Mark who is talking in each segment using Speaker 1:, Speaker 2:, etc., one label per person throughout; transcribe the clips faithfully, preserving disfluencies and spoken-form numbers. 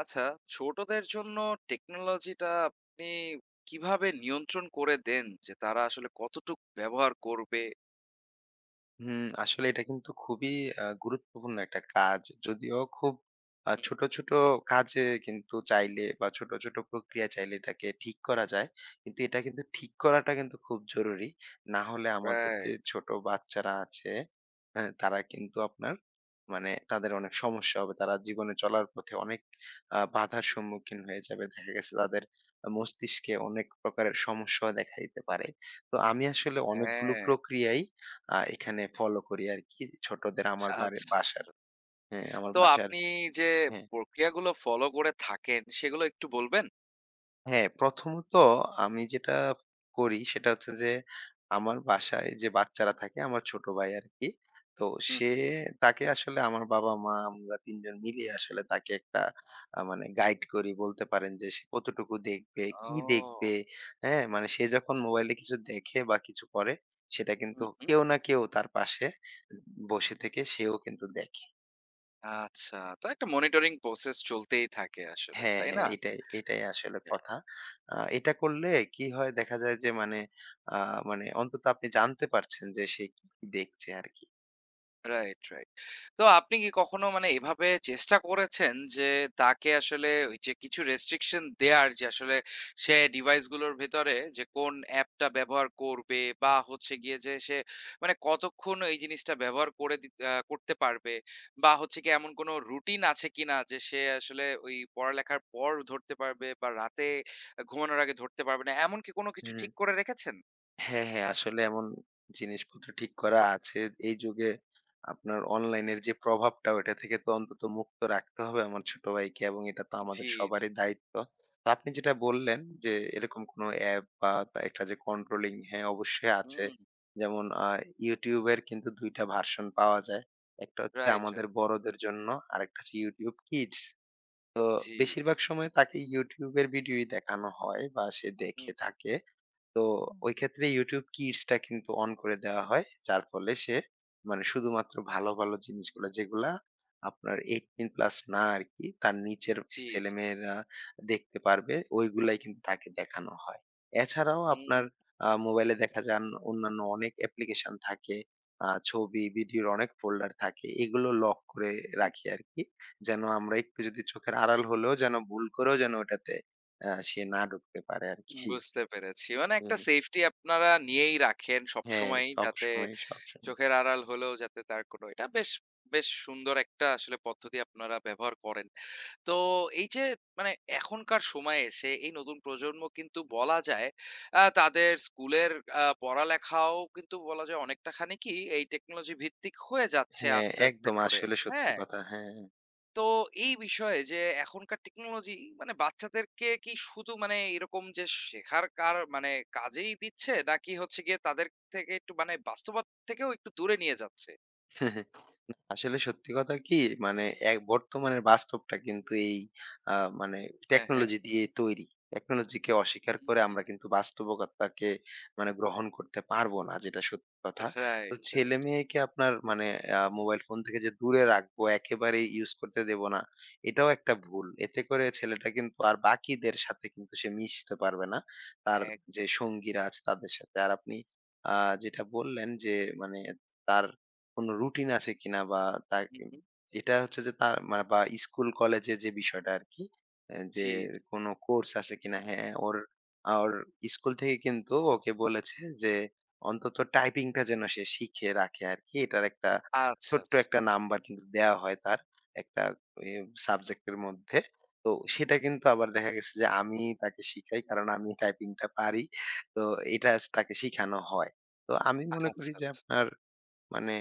Speaker 1: আচ্ছা, ছোটদের জন্য টেকনোলজিটা আপনি কিভাবে নিয়ন্ত্রণ করে দেন? যে তারা আসলে কতটুক ব্যবহার করবে?
Speaker 2: হুম, আসলে এটা কিন্তু খুবই আ গুরুত্বপূর্ণ একটা কাজ। যদিও খুব আ
Speaker 1: হুম।
Speaker 2: ছোট, ছোট কাজে কিন্তু চাইলে বা ছোট, ছোট প্রক্রিয়া চাইলে এটাকে ঠিক করা যায়। কিন্তু এটা কিন্তু ঠিক করাটা কিন্তু খুব জরুরি। না হলে আমাদের যে
Speaker 1: রাইট,
Speaker 2: ছোট বাচ্চারা আছে, হ্যাঁ? তারা কিন্তু আপনার মানে তাদের অনেক সমস্যা হবে। তারা জীবনে চলার পথে অনেক আ বাধার সম্মুখীন হয়ে যাবে। দেখা গেছে তাদের আ মস্তিষ্কে অনেক প্রকারের সমস্যাও দেখা দিতে পারে। তো আমি আসলে অনেকগুলো
Speaker 1: হ্যাঁ।
Speaker 2: প্রক্রিয়াই আ এখানে ফলো করি আরকি ছোটদের আমার বাড়ি
Speaker 1: আচ্ছা,
Speaker 2: বাসার।
Speaker 1: আচ্ছা।
Speaker 2: হ্যাঁ, আমার
Speaker 1: তো
Speaker 2: বাসার।
Speaker 1: আপনি যে
Speaker 2: হ্যাঁ,
Speaker 1: প্রক্রিয়াগুলো ফলো করে থাকেন সেগুলো একটু বলবেন?
Speaker 2: হ্যাঁ, প্রথমত আমি যেটা করি সেটা হচ্ছে যে আমার বাসায় যে বাচ্চারা থাকে আমার ছোট ভাই আরকি। তো
Speaker 1: হুম,
Speaker 2: সে
Speaker 1: হুম।
Speaker 2: তাকে আসলে আমার বাবা-মা আমরা তিন জন মিলিয়ে আসলে তাকে একটা আ মানে গাইড করি বলতে পারেন যে সে কতটুকু দেখবে, কি
Speaker 1: ও!
Speaker 2: দেখবে, হ্যাঁ? মানে সে যখন মোবাইলে কিছু দেখে বা কিছু করে সেটা
Speaker 1: হুম,
Speaker 2: কিন্তু
Speaker 1: হুম।
Speaker 2: কেউ না কেউ তার পাশে বসে থেকে সেও কিন্তু দেখে।
Speaker 1: আচ্ছা। তো একটা মনিটরিং প্রসেস চলতেই থাকে আসলে,
Speaker 2: হ্যাঁ,
Speaker 1: তাই
Speaker 2: হ্যাঁ,
Speaker 1: না?
Speaker 2: এটাই, এটাই আসলে কথা। আ এটা করলে কি হয় দেখা যায় যে মানে আ মানে অন্তত আপনি জানতে পারছেন যে সে কি কি দেখছে আরকি।
Speaker 1: Right, right. তো আপনি কি কখনো মানে এভাবে চেষ্টা করেছেন যে তাকে আসলে ওই যে কিছু রেস্ট্রিকশন দেয়ার যে আসলে সে ডিভাইস গুলোর ভেতরে যে কোন অ্যাপটা ব্যবহার করবে বা হচ্ছে গিয়ে যে সে মানে কতক্ষণ এই জিনিসটা ব্যবহার করে দিত- আহ, করতে পারবে বা হচ্ছে কি এমন কোনো রুটিন আছে কিনা যে সে আসলে ওই পড়ালেখার পর ধরতে পারবে বা রাতে ঘুমানোর আগে ধরতে পারবে না এমন কি কোনো কিছু
Speaker 2: হুম।
Speaker 1: ঠিক করে রেখেছেন?
Speaker 2: হ্যাঁ, হ্যাঁ। আসলে এমন জিনিসপত্র ঠিক করা আছে। এই যুগে আপনার অনলাইনের যে প্রভাবটা ওইটা থেকে তো অন্তত মুক্ত রাখতে হবে আমার ছোট ভাইকে এবং এটা তো আমাদের
Speaker 1: জি, জি।
Speaker 2: সবারই দায়িত্ব। তো আপনি যেটা বললেন যে এরকম কোনো অ্যাপ বা তা একটা যে কন্ট্রোলিং, হ্যাঁ, অবশ্যই আছে।
Speaker 1: হুম।
Speaker 2: যেমন আ YouTube এর কিন্তু দুই টা ভার্সন পাওয়া যায়। একটা হচ্ছে
Speaker 1: রাইট,
Speaker 2: আমাদের
Speaker 1: রাইট।
Speaker 2: বড়দের জন্য, আরেকটা হচ্ছে YouTube Kids। তো
Speaker 1: জি, জি।
Speaker 2: বেশিরভাগ সময় তাকে YouTube এর ভিডিওই দেখানো হয় বা সে
Speaker 1: হুম।
Speaker 2: দেখে থাকে। তো হুম। ওই ক্ষেত্রে YouTube Kids টা কিন্তু অন করে দেওয়া হয়। যার ফলে সে মানে শুধুমাত্র ভালো, ভালো জিনিসগুলা যেগুলা আপনার আঠারো প্লাস না আরকি, তার নিচের
Speaker 1: জি, জি।
Speaker 2: ছেলেমেয়েরা দেখতে পারবে, ওইগুলাই কিন্তু তাকে দেখানো হয়। এছাড়াও আপনার
Speaker 1: হুম।
Speaker 2: আ মোবাইলে দেখা যান অন্যান্য অনেক অ্যাপ্লিকেশন থাকে, আ ছবি, ভিডিওর অনেক ফোল্ডার থাকে। এগুলো লক করে রাখি আরকি। যেন আমরা একটু যদি চোখের আড়াল হলেও যেন ভুল করেও যেন ওটাতে আ সে না ঢুকতে পারে আরকি।
Speaker 1: বুঝতে পেরেছি। মানে একটা
Speaker 2: হুম।
Speaker 1: সেফটি আপনারা নিয়েই রাখেন
Speaker 2: হ্যাঁ,
Speaker 1: সবসময়ই যাতে
Speaker 2: সবসময়, সবসময়।
Speaker 1: চোখের আড়াল হলেও যাতে তার কোনো এটা বেশ, বেশ সুন্দর একটা আসলে পদ্ধতি আপনারা ব্যবহার করেন। তো এই যে মানে এখনকার সময়ে এসে এই নতুন প্রজন্ম কিন্তু বলা যায় আ তাদের স্কুলের আ পড়ালেখাও কিন্তু বলা যায় অনেকটা খানি কি এই টেকনোলজি ভিত্তিক হয়ে যাচ্ছে
Speaker 2: হ্যাঁ,
Speaker 1: আস্তে, আস্তে
Speaker 2: একদম
Speaker 1: করে।
Speaker 2: আসলে সত্যি
Speaker 1: হ্যাঁ?
Speaker 2: কথা। হ্যাঁ।
Speaker 1: তো এই বিষয়ে যে এখনকার টেকনোলজি মানে বাচ্চাদেরকে কি শুধু মানে এরকম যে শেখার কার মানে কাজেই দিচ্ছে নাকি হচ্ছে গিয়ে তাদের থেকে একটু মানে বাস্তবতা থেকেও একটু দূরে নিয়ে যাচ্ছে?
Speaker 2: না, আসলে সত্যি কথা কি মানে এক বর্তমানের বাস্তবটা কিন্তু এই আ মানে
Speaker 1: হ্যাঁ, হ্যাঁ।
Speaker 2: টেকনোলজি দিয়ে তৈরি। টেকনোলজিকে অস্বীকার
Speaker 1: হুম,
Speaker 2: করে আমরা কিন্তু বাস্তবকতাকে মানে গ্রহণ করতে পারবো না, যেটা সত্যি কথা। তো
Speaker 1: রাইট, রাইট।
Speaker 2: ছেলেমেয়েকে আপনার মানে আ মোবাইল ফোন থেকে যে দূরে রাখবো, একেবারেই ইউজ করতে দেব না, এটাও একটা ভুল। এতে করে ছেলেটা কিন্তু আর বাকিদের সাথে কিন্তু সে মিশতে পারবে না। তার
Speaker 1: এক।
Speaker 2: যে সঙ্গীরা আছে তাদের সাথে। আর আপনি আ যেটা বললেন যে মানে তার কোনো রুটিন আছে কিনা বা তা
Speaker 1: হুম, হুম।
Speaker 2: যেটা হচ্ছে যে তার মা বা স্কুল কলেজে যে বিষয়টা আরকি, অ্যা যে
Speaker 1: জি, জি।
Speaker 2: কোনো কোর্স আছে কিনা? হ্যাঁ, ওর আ ওর স্কুল থেকে কিন্তু ওকে বলেছে যে অন্তত টাইপিংটা যেন সে শিখে রাখে আরকি। এটার একটা
Speaker 1: আচ্ছা,
Speaker 2: ছোট্ট
Speaker 1: আচ্ছা।
Speaker 2: একটা নাম্বার কিন্তু দেয়া হয় তার একটা এ সাবজেক্টের মধ্যে। তো সেটা কিন্তু আবার দেখা গেছে যে আমি তাকে শিখাই কারণ আমি টাইপিংটা পারি। তো এটা তাকে শিখানো হয়। তো আমি মনে
Speaker 1: আচ্ছা,
Speaker 2: করি যে
Speaker 1: আচ্ছা।
Speaker 2: আপনার মানে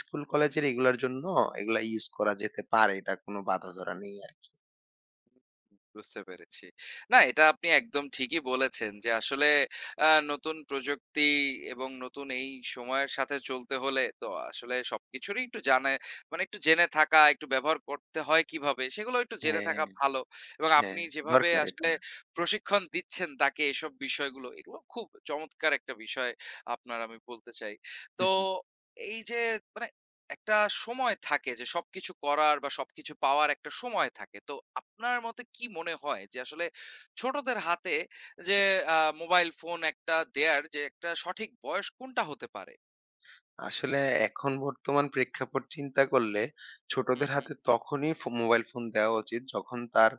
Speaker 2: স্কুল কলেজের এগুলার জন্য এগুলা ইউজ করা যেতে পারে। এটা কোনো বাঁধা ধরা নেই আরকি।
Speaker 1: বুঝতে পেরেছি। না, এটা আপনি একদম ঠিকই বলেছেন যে আসলে আ নতুন প্রযুক্তি এবং নতুন এই সময়ের সাথে চলতে হলে তো আসলে সবকিছুরই একটু জানে মানে একটু জেনে থাকা, একটু ব্যবহার করতে হয় কিভাবে সেগুলো একটু জেনে
Speaker 2: হ্যাঁ,
Speaker 1: থাকা ভালো। এবং
Speaker 2: হ্যাঁ,
Speaker 1: আপনি যেভাবে
Speaker 2: দরকার এটা।
Speaker 1: আসলে প্রশিক্ষণ দিচ্ছেন তাকে এসব বিষয়গুলো, এগুলো খুব চমৎকার একটা বিষয় আপনার আমি বলতে চাই। তো
Speaker 2: হুম, হুম।
Speaker 1: এই যে মানে একটা সময় থাকে যে সবকিছু করার বা সবকিছু পাওয়ার একটা সময় থাকে। তো আপনার মতে কি মনে হয় যে আসলে ছোটদের হাতে যে আ মোবাইল ফোন একটা দেয়ার যে একটা সঠিক বয়স কোনটা হতে পারে?
Speaker 2: আসলে এখন বর্তমান প্রেক্ষাপট চিন্তা করলে
Speaker 1: হুম,
Speaker 2: ছোটদের
Speaker 1: হুম,
Speaker 2: হাতে তখনই ফো মোবাইল ফোন দেওয়া উচিত যখন তার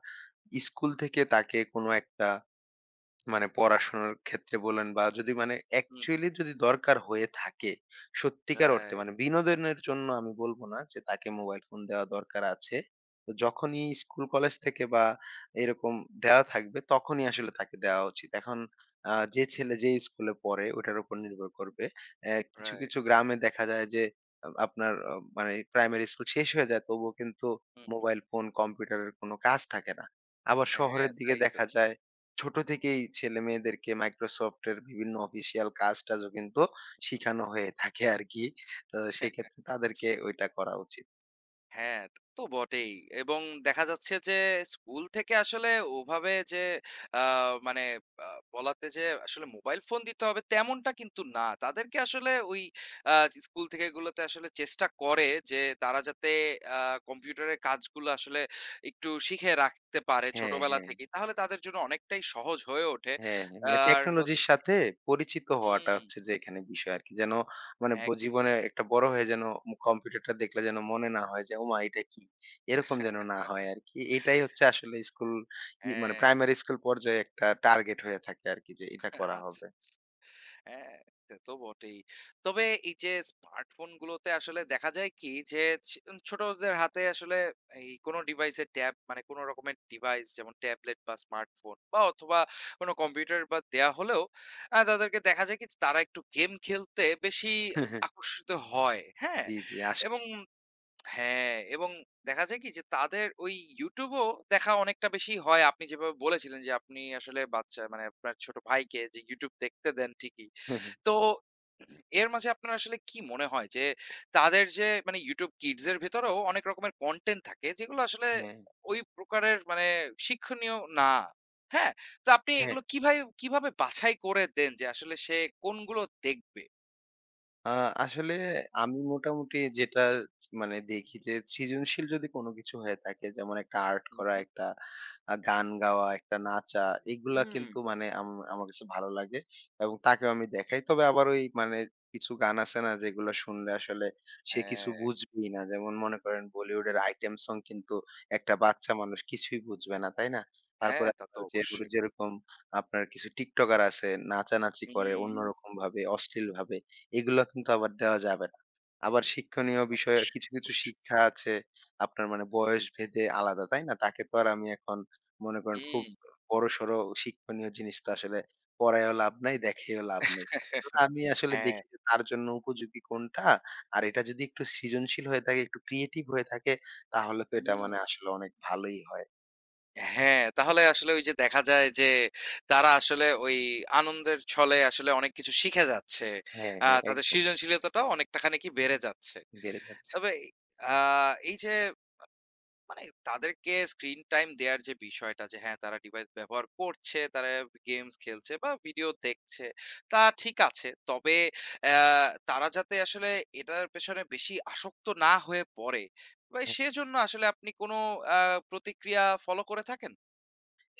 Speaker 2: স্কুল থেকে তাকে কোনো একটা মানে পড়াশোনার ক্ষেত্রে বলেন বা যদি মানে
Speaker 1: হুম।
Speaker 2: অ্যাকচুয়ালি যদি দরকার হয়ে থাকে, সত্যিকার অর্থে
Speaker 1: রাইট,
Speaker 2: মানে বিনোদনের জন্য আমি বলব না যে তাকে মোবাইল ফোন দেওয়া দরকার আছে। তো যখনই স্কুল কলেজ থেকে বা এরকম দেওয়া থাকবে তখনই আসলে তাকে দেওয়া উচিত। এখন আ যে ছেলে যে স্কুলে পড়ে ওটার উপর নির্ভর করবে। অ্যা কিছু,
Speaker 1: রাইট।
Speaker 2: কিছু গ্রামে দেখা যায় যে আ আপনার আ মানে প্রাইমারি স্কুল শেষ হয়ে যায় তবুও কিন্তু
Speaker 1: হুম। Right, right.
Speaker 2: মোবাইল ফোন, কম্পিউটারের কোনো কাজ থাকে না। আবার
Speaker 1: হুম, হ্যাঁ,
Speaker 2: শহরের দিকে
Speaker 1: তাই তো।
Speaker 2: দেখা যায় ছোট থেকেই ছেলেমেয়েদেরকে Microsoft এর বিভিন্ন অফিসিয়াল কাজ-টাজও কিন্তু
Speaker 1: হুম।
Speaker 2: শিখানো হয়ে থাকে আরকি। তো সেক্ষেত্রে তাদেরকে ওইটা করা উচিত।
Speaker 1: হ্যাঁ, তা তো বটেই। এবং দেখা যাচ্ছে যে স্কুল থেকে আসলে ওভাবে যে আ মানে আ বলাতে যে আসলে মোবাইল ফোন দিতে হবে তেমনটা কিন্তু না। তাদেরকে আসলে ওই আ স্কুল থেকে এগুলোতে আসলে চেষ্টা করে যে তারা যাতে আ কম্পিউটারের কাজগুলো আসলে একটু শিখে রাখতে পারে
Speaker 2: হ্যাঁ,
Speaker 1: ছোটবেলা
Speaker 2: হ্যাঁ,
Speaker 1: থেকেই। তাহলে তাদের জন্য অনেকটাই সহজ হয়ে ওঠে।
Speaker 2: হ্যাঁ, হ্যাঁ। মানে
Speaker 1: আর হচ্ছে
Speaker 2: টেকনোলজির সাথে পরিচিত হওয়াটা
Speaker 1: হুম,
Speaker 2: হচ্ছে যে এখানে বিষয় আরকি। যেন মানে ব
Speaker 1: একদমই।
Speaker 2: জীবনে একটা বড় হয়ে যেন ম কম্পিউটারটা দেখলে যেন মনে না হয় যে, "ওমা! এটা কি?" এরকম যেন না হয় আরকি। এটাই হচ্ছে আসলে স্কুল ই মানে
Speaker 1: হ্যাঁ,
Speaker 2: প্রাইমারি স্কুল পর্যায়ে একটা টার্গেট হয়ে থাকে আরকি যে এটা করা
Speaker 1: আচ্ছা।
Speaker 2: হবে।
Speaker 1: হ্যাঁ, সে তো বটেই। তবে এই যে স্মার্টফোনগুলোতে আসলে দেখা যায় কি যে ছি ছোটদের হাতে আসলে এই কোনো ডিভাইসের ট্যাব মানে কোন রকমের ডিভাইস যেমন ট্যাবলেট বা স্মার্টফোন বা অথবা কোনো কম্পিউটার বা দেয়া হলেও আ তাদেরকে দেখা যায় কি তারা একটু গেম খেলতে বেশি আকর্ষিত হয়। হ্যাঁ?
Speaker 2: জি, জি। আস
Speaker 1: এবং হ্যাঁ, এবং দেখা যায় কি যে তাদের ওই YouTube ও দেখা অনেকটা বেশি হয়। আপনি যেভাবে বলেছিলেন যে আপনি আসলে বাচ্চা মানে আপনার ছোট ভাইকে যে YouTube দেখতে দেন ঠিকই। তো এর মাঝে আপনার আসলে কি মনে হয় যে তাদের যে মানে YouTube Kids এর ভেতরেও অনেক রকমের কনটেন্ট থাকে যেগুলো আসলে
Speaker 2: হ্যাঁ,
Speaker 1: ওই প্রকারের মানে শিক্ষণীয় না। হ্যাঁ? তো আপনি
Speaker 2: হ্যাঁ।
Speaker 1: এগুলো কিভাবে কিভাবে বাছাই করে দেন যে আসলে সে কোনগুলো দেখবে?
Speaker 2: আ আসলে আমি মোটামুটি যেটা মানে দেখি যে সৃজনশীল যদি কোনো কিছু হয়ে থাকে যেমন একটা আর্ট
Speaker 1: হুম,
Speaker 2: করা,
Speaker 1: হুম।
Speaker 2: একটা আ গান গাওয়া, একটা নাচা, এগুলা
Speaker 1: হুম।
Speaker 2: কিন্তু মানে আম আমার কাছে ভালো লাগে এবং তাকেও আমি দেখাই। তবে আবার ওই মানে কিছু গান আছে না যেগুলো শুনলে আসলে সে
Speaker 1: হ্যাঁ,
Speaker 2: কিছু বুঝবেই না। যেমন মনে করেন বলিউডের আইটেম সং কিন্তু একটা বাচ্চা মানুষ কিছুই বুঝবে না, তাই না?
Speaker 1: হ্যাঁ
Speaker 2: তারপরে
Speaker 1: তা তো
Speaker 2: আপনার যে
Speaker 1: অবশ্যই।
Speaker 2: যেরকম আপনার কিছু টিকটকার আছে নাচানাচি করে
Speaker 1: হুম,
Speaker 2: অন্যরকম ভাবে, অশ্লীলভাবে। এগুলো কিন্তু আবার দেওয়া যাবে না। আবার শিক্ষণীয় বিষয়ে
Speaker 1: অবশ্যই,
Speaker 2: কিছু, কিছু
Speaker 1: অবশ্যই।
Speaker 2: শিক্ষা আছে আপনার মানে বয়স ভেদে আলাদা, তাই না? তাকে তো আর আমি এখন মনে করেন খুব
Speaker 1: হুম।
Speaker 2: বড়সড় শিক্ষণীয় জিনিস তো আসলে পড়ায়ও লাভ নাই, দেখায়ও লাভ নাই। তো আমি আসলে
Speaker 1: হ্যাঁ।
Speaker 2: দেখি যে তার জন্য উপযোগী কোনটা, আর এটা যদি একটু সৃজনশীল হয়ে থাকে, একটু ক্রিয়েটিভ হয়ে থাকে, তাহলে তো এটা
Speaker 1: হুম।
Speaker 2: মানে আসলে অনেক ভালোই হয়।
Speaker 1: হ্যাঁ, তাহলে আসলে ওই যে দেখা যায় যে তারা আসলে ওই আনন্দের ছলে আসলে অনেক কিছু শিখে যাচ্ছে।
Speaker 2: হ্যাঁ,
Speaker 1: আ
Speaker 2: হ্যাঁ,
Speaker 1: তাদের
Speaker 2: একদম
Speaker 1: সৃজনশীলতাটাও অনেকটা খানিকি বেড়ে যাচ্ছে।
Speaker 2: বেড়ে যাচ্ছে।
Speaker 1: তবে আ এই যে মানে তাদেরকে স্ক্রিন টাইম দেয়ার যে বিষয়টা যে হ্যাঁ, তারা ডিভাইস ব্যবহার করছে, তারা গেমস খেলছে বা ভিডিও দেখছে, তা ঠিক আছে। তবে অ্যা তারা যাতে আসলে এটার পেছনে বেশি আসক্ত না হয়ে পড়ে বা
Speaker 2: হুম।
Speaker 1: সেজন্য আসলে আপনি কোনো আ প্রতিক্রিয়া ফলো করে থাকেন?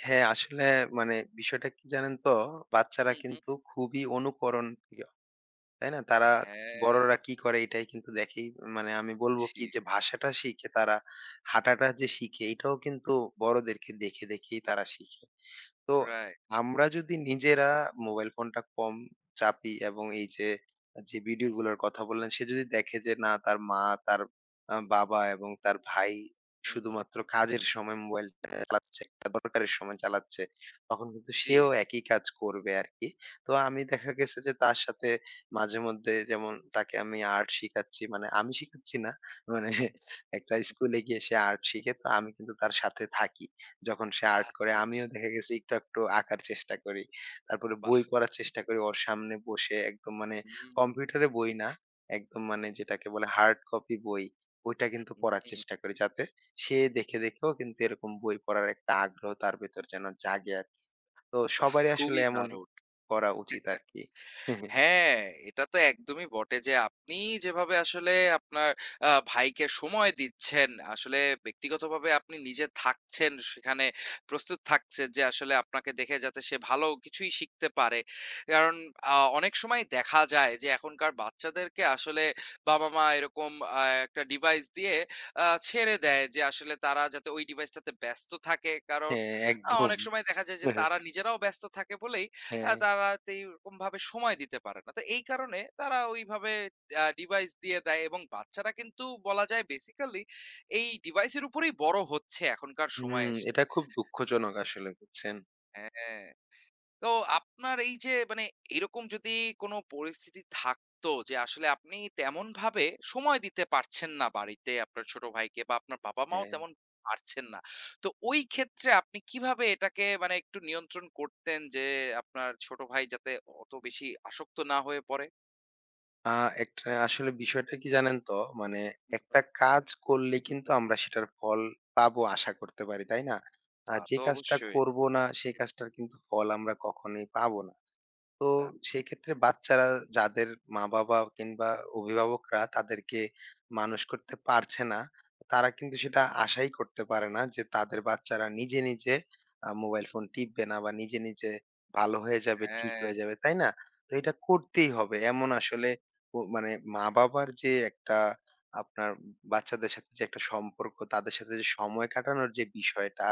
Speaker 2: হ্যাঁ, আসলে মানে বিষয়টা কি জানেন তো? বাচ্চারা
Speaker 1: হু, হু।
Speaker 2: কিন্তু খুবই অনুকরণ, তাই না? তারা
Speaker 1: হ্যাঁ,
Speaker 2: বড়রা কি করে এটাই কিন্তু দেখেই মানে আমি বলবো কি
Speaker 1: জি,
Speaker 2: যে
Speaker 1: জি।
Speaker 2: ভাষাটা শিখে তারা, হাঁটাটা যে শিখে এটাও কিন্তু বড়দেরকে দেখে, দেখেই তারা শিখে। তো
Speaker 1: রাইট।
Speaker 2: আমরা যদি নিজেরা মোবাইল ফোনটা কম চাপি এবং এই যে, যে ভিডিও গুলোর কথা বললেন সে যদি দেখে যে না তার মা, তার আ বাবা এবং তার ভাই
Speaker 1: হুম, হুম।
Speaker 2: শুধুমাত্র কাজের সময় মোবাইলটা চালাচ্ছে, একটা দরকারের সময় চালাচ্ছে, তখন কিন্তু
Speaker 1: জি।
Speaker 2: সেও একই কাজ করবে আরকি। তো আমি দেখা গেছে যে তার সাথে মাঝেমধ্যে যেমন তাকে আমি আর্ট শিখাচ্ছি, মানে আমি শিখাচ্ছি না, মানে একটা
Speaker 1: হুম, হুম।
Speaker 2: স্কুলে গিয়ে সে আর্ট শিখে। তো আমি কিন্তু তার সাথে থাকি। যখন সে আর্ট
Speaker 1: আচ্ছা,
Speaker 2: করে
Speaker 1: আচ্ছা।
Speaker 2: আমিও দেখা গেছে একটু একটু আঁকার চেষ্টা করি। তারপরে
Speaker 1: বাহ!
Speaker 2: বই পড়ার চেষ্টা করি ওর সামনে বসে একদম মানে
Speaker 1: হুম,
Speaker 2: কম্পিউটারে বই না, একদম মানে যেটাকে বলে হার্ড কপি বই, ওইটা কিন্তু পড়ার
Speaker 1: হুম।
Speaker 2: চেষ্টা করি যাতে সে দেখে দেখেও কিন্তু এরকম বই পড়ার একটা আগ্রহ তার ভেতর যেন জাগে আরকি। তো
Speaker 1: বাহ!
Speaker 2: সবারই আসলে
Speaker 1: খুবই
Speaker 2: এমন
Speaker 1: দারুণ।
Speaker 2: করা উচিত আরকি।
Speaker 1: হ্যাঁ, এটা তো একদমই বটে যে আপনি যেভাবে আসলে আপনার আ ভাইকে সময় দিচ্ছেন, আসলে ব্যক্তিগতভাবে আপনি নিজে থাকছেন সেখানে, প্রস্তুত থাকছেন যে আসলে আপনাকে দেখে যাতে সে ভালো কিছুই শিখতে পারে। কারণ আ অনেক সময় দেখা যায় যে এখনকার বাচ্চাদেরকে আসলে বাবা-মা এরকম আ একটা ডিভাইস দিয়ে আ ছেড়ে দেয় যে আসলে তারা যাতে ওই ডিভাইসটাতে ব্যস্ত থাকে। কারণ
Speaker 2: হ্যাঁ,
Speaker 1: আ
Speaker 2: একদম।
Speaker 1: অনেক সময় দেখা যায় যে তারা নিজেরাও ব্যস্ত থাকে বলেই আ
Speaker 2: হ্যাঁ,
Speaker 1: তারা তো এইরকমভাবে সময় দিতে পারে না। তো এই কারণে তারা ওইভাবে আ ডিভাইস দিয়ে দেয় এবং বাচ্চারা কিন্তু বলা যায় বেসিক্যালি এই ডিভাইসের উপরেই বড় হচ্ছে এখনকার সময়ে
Speaker 2: হুম,
Speaker 1: এসে।
Speaker 2: এটা খুব দুঃখজনক আসলে, বুঝছেন?
Speaker 1: হ্যাঁ। তো আপনার এই যে মানে এরকম যদি কোনো পরিস্থিতি থাকতো যে আসলে আপনি তেমন ভাবে সময় দিতে পারছেন না বাড়িতে আপনার ছোট ভাইকে বা আপনার বাবা মাও
Speaker 2: হ্যাঁ।
Speaker 1: তেমন পারছেন না, তো ওই ক্ষেত্রে আপনি কিভাবে এটাকে মানে একটু নিয়ন্ত্রণ করতেন যে আপনার ছোট ভাই যাতে অত বেশি আসক্ত না হয়ে পড়ে?
Speaker 2: আ একটা আসলে বিষয়টা কি জানেন তো? মানে একটা
Speaker 1: হুম,
Speaker 2: কাজ করলে কিন্তু আমরা সেটার ফল পাবো আশা করতে পারি, তাই না?
Speaker 1: তা
Speaker 2: আর যে
Speaker 1: তো
Speaker 2: কাজটা
Speaker 1: অবশ্যই।
Speaker 2: করব না, সেই কাজটার কিন্তু ফল আমরা কখনোই পাবো না। তো
Speaker 1: না।
Speaker 2: সেই ক্ষেত্রে বাচ্চারা যাদের মা-বাবা কিংবা অভিভাবকরা তাদেরকে মানুষ করতে পারছে না, তারা কিন্তু
Speaker 1: জি,
Speaker 2: সেটা আশাই করতে পারে না যে তাদের বাচ্চারা নিজে, নিজে আ মোবাইল ফোন টিপবে না বা নিজে, নিজে ভালো হয়ে যাবে, ঠিক
Speaker 1: হ্যাঁ।
Speaker 2: হয়ে যাবে, তাই না? তো এটা করতেই হবে। এমন আসলে ও মানে মা-বাবার যে একটা আপনার বাচ্চাদের সাথে যে একটা সম্পর্ক, তাদের সাথে যে সময় কাটানোর যে বিষয়টা,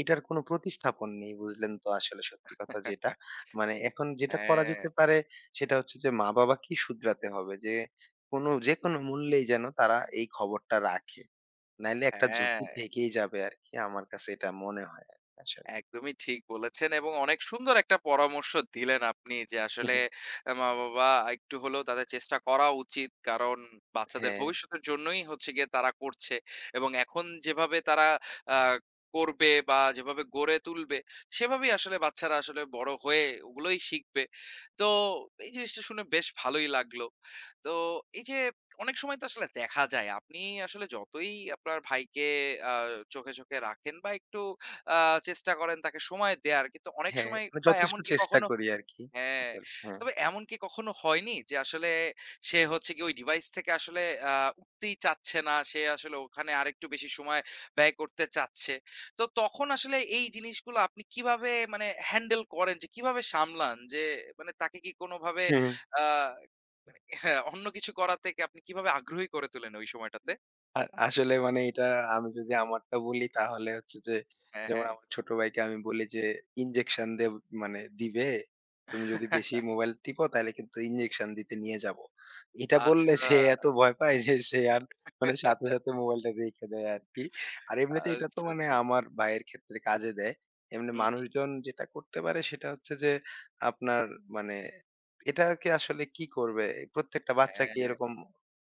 Speaker 2: এটার কোনো প্রতিস্থাপন নেই। বুঝলেন তো আসলে সত্যি কথা যেটা। মানে এখন যেটা করা
Speaker 1: হ্যাঁ।
Speaker 2: যেতে পারে সেটা হচ্ছে যে মা-বাবাকেই শুধরাতে হবে যে কোনো যেকোনো মূল্যেই যেন তারা এই খবরটা রাখে। নাইলে একটা ঝুঁকি
Speaker 1: হ্যাঁ,
Speaker 2: থেকেই যাবে আরকি। আমার কাছে এটা মনে হয় আরকি আসলে।
Speaker 1: একদমই ঠিক বলেছেন এবং অনেক সুন্দর একটা পরামর্শ দিলেন আপনি যে আসলে মা-বাবা একটু হলেও তাদের চেষ্টা করা উচিত, কারণ বাচ্চাদের
Speaker 2: হ্যাঁ,
Speaker 1: ভবিষ্যতের জন্যই হচ্ছে গিয়ে তারা করছে। এবং এখন যেভাবে তারা আহ, করবে বা যেভাবে গড়ে তুলবে সেভাবেই আসলে বাচ্চারা আসলে বড় হয়ে ওগুলোই শিখবে। তো এই জিনিসটা শুনে বেশ ভালোই লাগলো। তো এই যে অনেক সময় তো আসলে দেখা যায় আপনি আসলে যতই আপনার ভাইকে আহ, চোখে চোখে রাখেন বা একটু আ চেষ্টা করেন তাকে সময় দেয়ার। কিন্তু অনেক
Speaker 2: হ্যাঁ,
Speaker 1: সময়
Speaker 2: মানে
Speaker 1: বা
Speaker 2: যথেষ্ট
Speaker 1: এমনকি
Speaker 2: চেষ্টা
Speaker 1: কখনো
Speaker 2: করি আরকি
Speaker 1: হ্যাঁ,
Speaker 2: আসলে।
Speaker 1: তবে এমনকি কখনো হয়নি যে আসলে সে হচ্ছে গিয়ে ওই ডিভাইস থেকে আসলে আ উঠতেই চাচ্ছে না। সে আসলে ওখানে আরেকটু বেশি সময় ব্যয় করতে চাচ্ছে। তো তখন আসলে এই জিনিসগুলো আপনি কিভাবে মানে হ্যান্ডেল করেন যে কিভাবে সামলান? যে মানে তাকে কি কোনোভাবে
Speaker 2: হ্যাঁ।
Speaker 1: আ হ্যাঁ, অন্য কিছু করা থেকে আপনি কিভাবে আগ্রহী করে তোলেন ওই সময়টাতে?
Speaker 2: আ আসলে মানে এটা আমি যদি আমারটা বলি তাহলে হচ্ছে যে,
Speaker 1: হ্যাঁ,
Speaker 2: যেমন
Speaker 1: হ্যাঁ।
Speaker 2: আমার ছোট ভাইকে আমি বলি যে, "ইনজেকশন দেব মানে দিবে। তুমি যদি বেশি মোবাইল টিপো তাইলে কিন্তু ইনজেকশন দিতে নিয়ে যাবো।" এটা বললে
Speaker 1: আচ্ছা।
Speaker 2: সে এত ভয় পায় যে সে আর মানে সাথে, সাথে মোবাইলটা রেখে দেয় আরকি। আর এমনিতে এটা তো
Speaker 1: আচ্ছা,
Speaker 2: মানে
Speaker 1: আচ্ছা।
Speaker 2: আমার ভাইয়ের ক্ষেত্রে কাজে দেয়। এমনি
Speaker 1: হুম,
Speaker 2: মানুষজন যেটা করতে পারে সেটা হচ্ছে যে, আপনার মানে এটাকে আসলে কি করবে? প্রত্যেকটা বাচ্চাকে
Speaker 1: হ্যাঁ।
Speaker 2: এরকম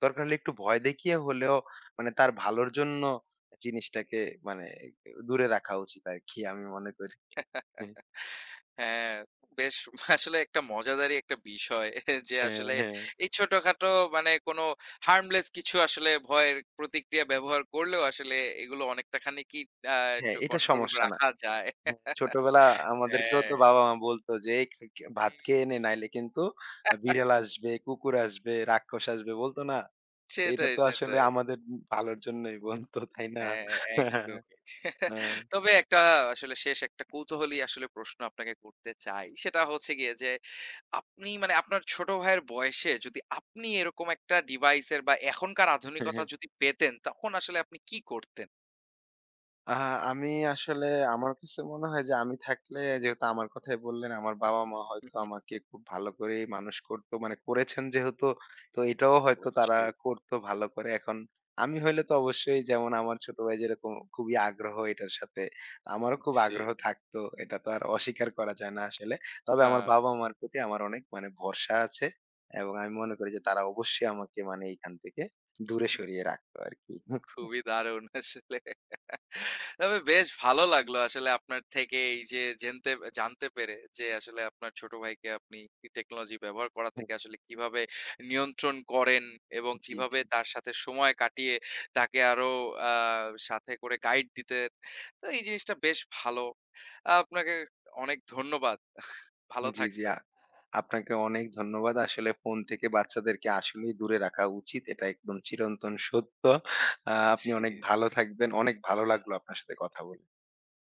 Speaker 2: দরকার হলে একটু ভয় দেখিয়ে হলেও মানে তার ভালোর জন্য জিনিসটাকে মানে দূরে রাখা উচিত আরকি, আমি মনে করি। হ্যাঁ,
Speaker 1: হ্যাঁ, বেশ আসলে একটা মজাদারই একটা বিষয়, যে
Speaker 2: হ্যাঁ,
Speaker 1: আসলে
Speaker 2: হ্যাঁ,
Speaker 1: এই ছোটখাটো মানে কোনো harmless কিছু আসলে ভয়ের প্রতিক্রিয়া ব্যবহার করলেও আসলে এগুলো অনেকটা খানি কি আ
Speaker 2: হ্যাঁ,
Speaker 1: একটু
Speaker 2: এটা
Speaker 1: কন্ট্রোল
Speaker 2: সমস্যা না।
Speaker 1: রাখা যায়।
Speaker 2: হুম। ছোটবেলা আমাদেরকেও
Speaker 1: হ্যাঁ,
Speaker 2: তো বাবা-মা বলত যে, "এই খে খে ভাত
Speaker 1: হুম,
Speaker 2: খেয়ে নে নাইলে কিন্তু আ বিড়াল আসবে, কুকুর আসবে, রাক্ষস আসবে" বলত না? তো এটা
Speaker 1: সেটাই,
Speaker 2: তো আসলে
Speaker 1: সেটাই।
Speaker 2: আমাদের ভালোর জন্যই বলত, তাই না?
Speaker 1: হ্যাঁ, একদমই।
Speaker 2: হ্যাঁ।
Speaker 1: তবে একটা আসলে শেষ একটা কৌতূহলী আসলে প্রশ্ন আপনাকে করতে চাই। সেটা হচ্ছে গিয়ে যে, আপনি মানে আপনার ছোট ভাইয়ের বয়সে যদি আপনি এরকম একটা ডিভাইসের বা এখনকার আধুনিকতা
Speaker 2: হ্যাঁ।
Speaker 1: যদি পেতেন, তখন আসলে আপনি কি করতেন?
Speaker 2: আ আমি আসলে আমার কাছে মনে হয় যে আমি থাকলে যেহেতু আমার কথাই বললেন, আমার বাবা-মা হয়তো আমাকে খুব ভালো করেই মানুষ করত। মানে করেছেন যেহেতু, তো এটাও হয়তো তারা
Speaker 1: অবশ্যই।
Speaker 2: করত ভালো করে। এখন আমি হইলে তো অবশ্যই যেমন আমার ছোট ভাই যেরকম খুবই আগ্রহ এটার সাথে, আমারও খুব
Speaker 1: জি।
Speaker 2: আগ্রহ থাকতো। এটা তো আর অস্বীকার করা যায় না আসলে। তবে
Speaker 1: না।
Speaker 2: আমার বাবা-মার প্রতি আমার অনেক মানে ভরসা আছে এবং আমি মনে করি যে তারা অবশ্যই আমাকে মানে এইখান থেকে দূরে সরিয়ে রাখতো আরকি।
Speaker 1: খুবই দারুণ আসলে। তবে বেশ ভালো লাগলো আসলে আপনার থেকে এই যে জেনতে জানতে পেরে যে আসলে আপনার ছোট ভাইকে আপনি টেকনোলজি ব্যবহার করা থেকে আসলে কিভাবে নিয়ন্ত্রণ করেন এবং
Speaker 2: জি,
Speaker 1: কিভাবে
Speaker 2: জি।
Speaker 1: তার সাথে সময় কাটিয়ে তাকে আরো আ সাথে করে গাইড দিতেন। তো এই জিনিসটা বেশ ভালো। আপনাকে অনেক ধন্যবাদ। ভালো
Speaker 2: জি, জি।
Speaker 1: থাকবেন।
Speaker 2: আ আপনাকে অনেক ধন্যবাদ। আসলে ফোন থেকে বাচ্চাদেরকে আসলেই দূরে রাখা উচিত। এটা একদম চিরন্তন সত্য। আ আপনি
Speaker 1: জি।
Speaker 2: অনেক ভালো থাকবেন। অনেক ভালো লাগলো আপনার সাথে কথা বলে।